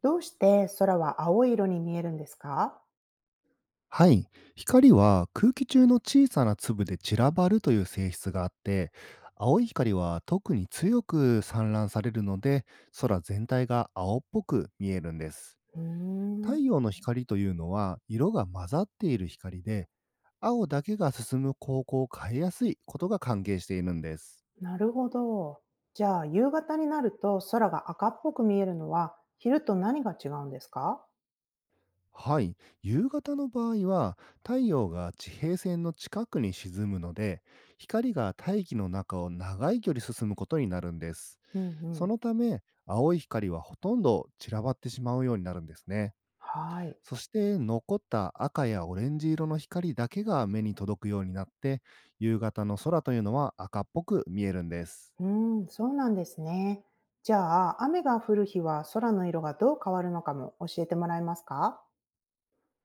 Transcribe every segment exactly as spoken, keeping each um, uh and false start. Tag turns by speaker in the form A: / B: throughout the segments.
A: どうして空は青い色に見えるんですか？
B: はい。光は空気中の小さな粒で散らばるという性質があって、青い光は特に強く散乱されるので、空全体が青っぽく見えるんです。
A: うーん、
B: 太陽の光というのは色が混ざっている光で、青だけが進む方向を変えやすいことが関係しているんです。
A: なるほど。じゃあ、夕方になると空が赤っぽく見えるのは、昼と何が違うんですか？
B: はい。夕方の場合は、太陽が地平線の近くに沈むので、光が大気の中を長い距離進むことになるんです。
A: うんう
B: そ
A: ん。
B: のため、青い光はほとんど散らばってしまうようになるんですね。
A: はい。
B: そして残った赤やオレンジ色の光だけが目に届くようになって、夕方の空というのは赤っぽく見えるんです。
A: うーん、そうなんですね。じゃあ、雨が降る日は空の色がどう変わるのかも教えてもらえますか？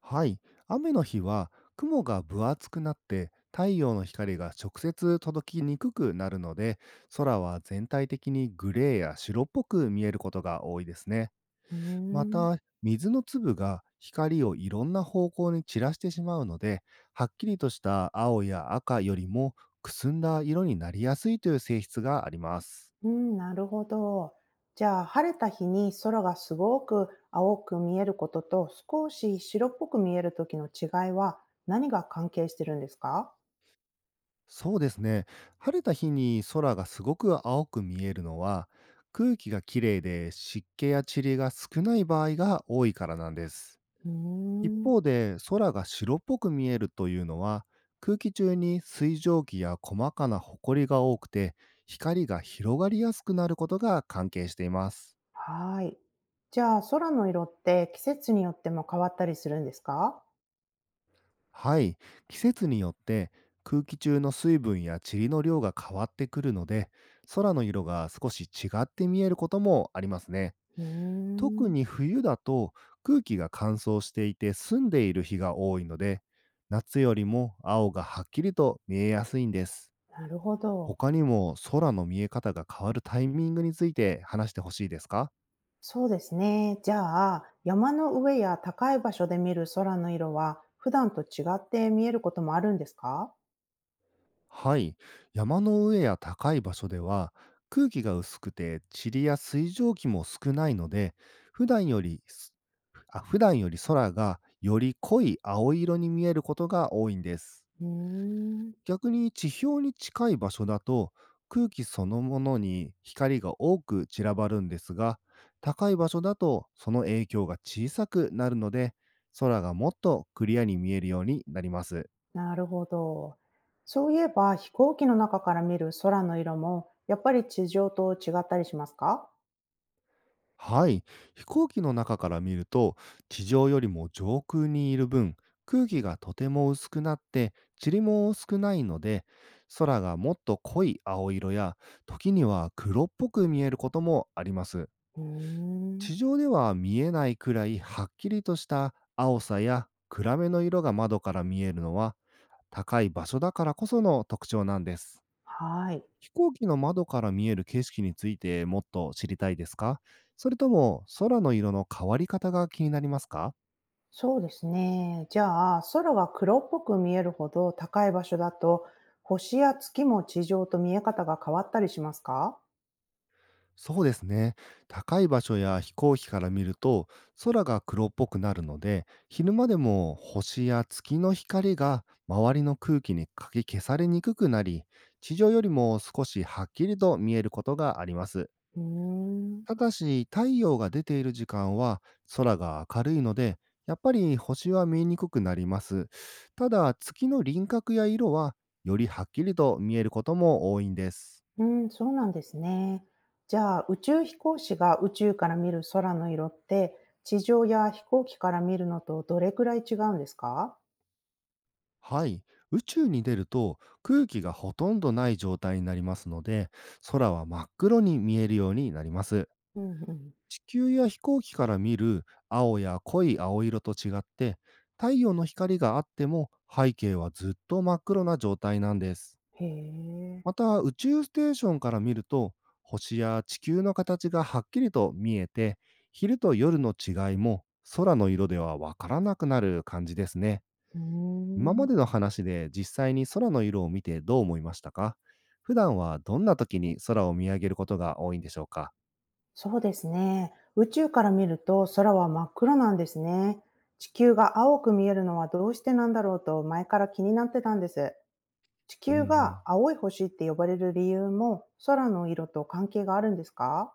B: はい、雨の日は雲が分厚くなって太陽の光が直接届きにくくなるので、空は全体的にグレーや白っぽく見えることが多いですね。
A: うー
B: ま
A: ん。
B: た、水の粒が光をいろんな方向に散らしてしまうので、はっきりとした青や赤よりもくすんだ色になりやすいという性質があります。
A: うん、なるほど。じゃあ、晴れた日に空がすごく青く見えることと、少し白っぽく見える時の違いは何が関係してるんですか？
B: そうですね。晴れた日に空がすごく青く見えるのは、空気がきれいで湿気や塵が少ない場合が多いからなんです。
A: うー
B: 一
A: ん、
B: 方で空が白っぽく見えるというのは、空気中に水蒸気や細かな埃が多くて、光が広がりやすくなることが関係しています。
A: はい。じゃあ、空の色って季節によっても変わったりするんですか？
B: はい、季節によって空気中の水分や塵の量が変わってくるので、空の色が少し違って見えることもありますね。
A: うー
B: 特
A: ん、
B: に冬だと空気が乾燥していて澄んでいる日が多いので、夏よりも青がはっきりと見えやすいんです。
A: なるほど。
B: 他にも空の見え方が変わるタイミングについて話してほしいですか？
A: そうですね。じゃあ、山の上や高い場所で見る空の色は、普段と違って見えることもあるんですか？
B: はい。山の上や高い場所では、空気が薄くて塵や水蒸気も少ないので、普段よりすあ普段より空がより濃い青色に見えることが多いんです。
A: うーん。
B: 逆に地表に近い場所だと、空気そのものに光が多く散らばるんですが、高い場所だとその影響が小さくなるので、空がもっとクリアに見えるようになります。
A: なるほど。そういえば、飛行機の中から見る空の色も、やっぱり地上と違ったりしますか？
B: はい、飛行機の中から見ると、地上よりも上空にいる分、空気がとても薄くなって、塵も少ないので、空がもっと濃い青色や、時には黒っぽく見えることもあります。
A: うーん。
B: 地上では見えないくらいはっきりとした青さや暗めの色が窓から見えるのは、高い場所だからこその特徴なんです。
A: はい。
B: 飛行機の窓から見える景色についてもっと知りたいですか？それとも空の色の変わり方が気になりますか？
A: そうですね。じゃあ、空が黒っぽく見えるほど高い場所だと、星や月も地上と見え方が変わったりしますか？
B: そうですね。高い場所や飛行機から見ると、空が黒っぽくなるので、昼間でも星や月の光が周りの空気にかき消されにくくなり、地上よりも少しはっきりと見えることがあります。
A: うーん。
B: ただし、太陽が出ている時間は空が明るいので、やっぱり星は見えにくくなります。ただ、月の輪郭や色はよりはっきりと見えることも多いんです。
A: うん、そうなんですね。じゃあ、宇宙飛行士が宇宙から見る空の色って、地上や飛行機から見るのとどれくらい違うんですか？
B: はい。宇宙に出ると空気がほとんどない状態になりますので、空は真っ黒に見えるようになります。
A: うんうん。
B: 地球や飛行機から見る青や濃い青色と違って、太陽の光があっても背景はずっと真っ黒な状態なんです。
A: へえ、
B: また、宇宙ステーションから見ると、星や地球の形がはっきりと見えて、昼と夜の違いも空の色ではわからなくなる感じですね。
A: うー
B: 今
A: ん、
B: までの話で実際に空の色を見てどう思いましたか？普段はどんな時に空を見上げることが多いんでしょうか？
A: そうですね。宇宙から見ると空は真っ黒なんですね。地球が青く見えるのはどうしてなんだろうと前から気になってたんです。地
B: うんう
A: 球が
B: ん。
A: 青い星って呼ばれる理由も空の色と関係があるんですか？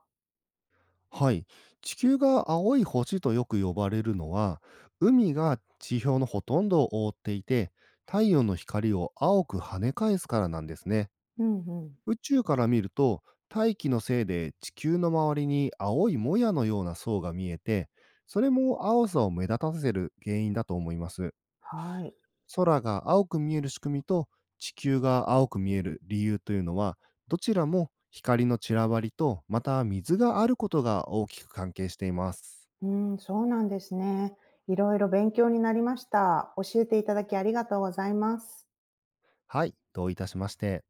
B: はい。地球が青い星とよく呼ばれるのは、海が地表のほとんどを覆っていて、太陽の光を青く跳ね返すからなんですね。
A: うんうん。
B: 宇宙から見ると、大気のせいで地球の周りに青いもやのような層が見えて、それも青さを目立たせる原因だと思います。
A: はい。
B: 空が青く見える仕組みと地球が青く見える理由というのは、どちらも光の散らばりと、また水があることが大きく関係しています。
A: うん、そうなんですね。いろいろ勉強になりました。教えていただきありがとうございます。
B: はい、どういたしまして。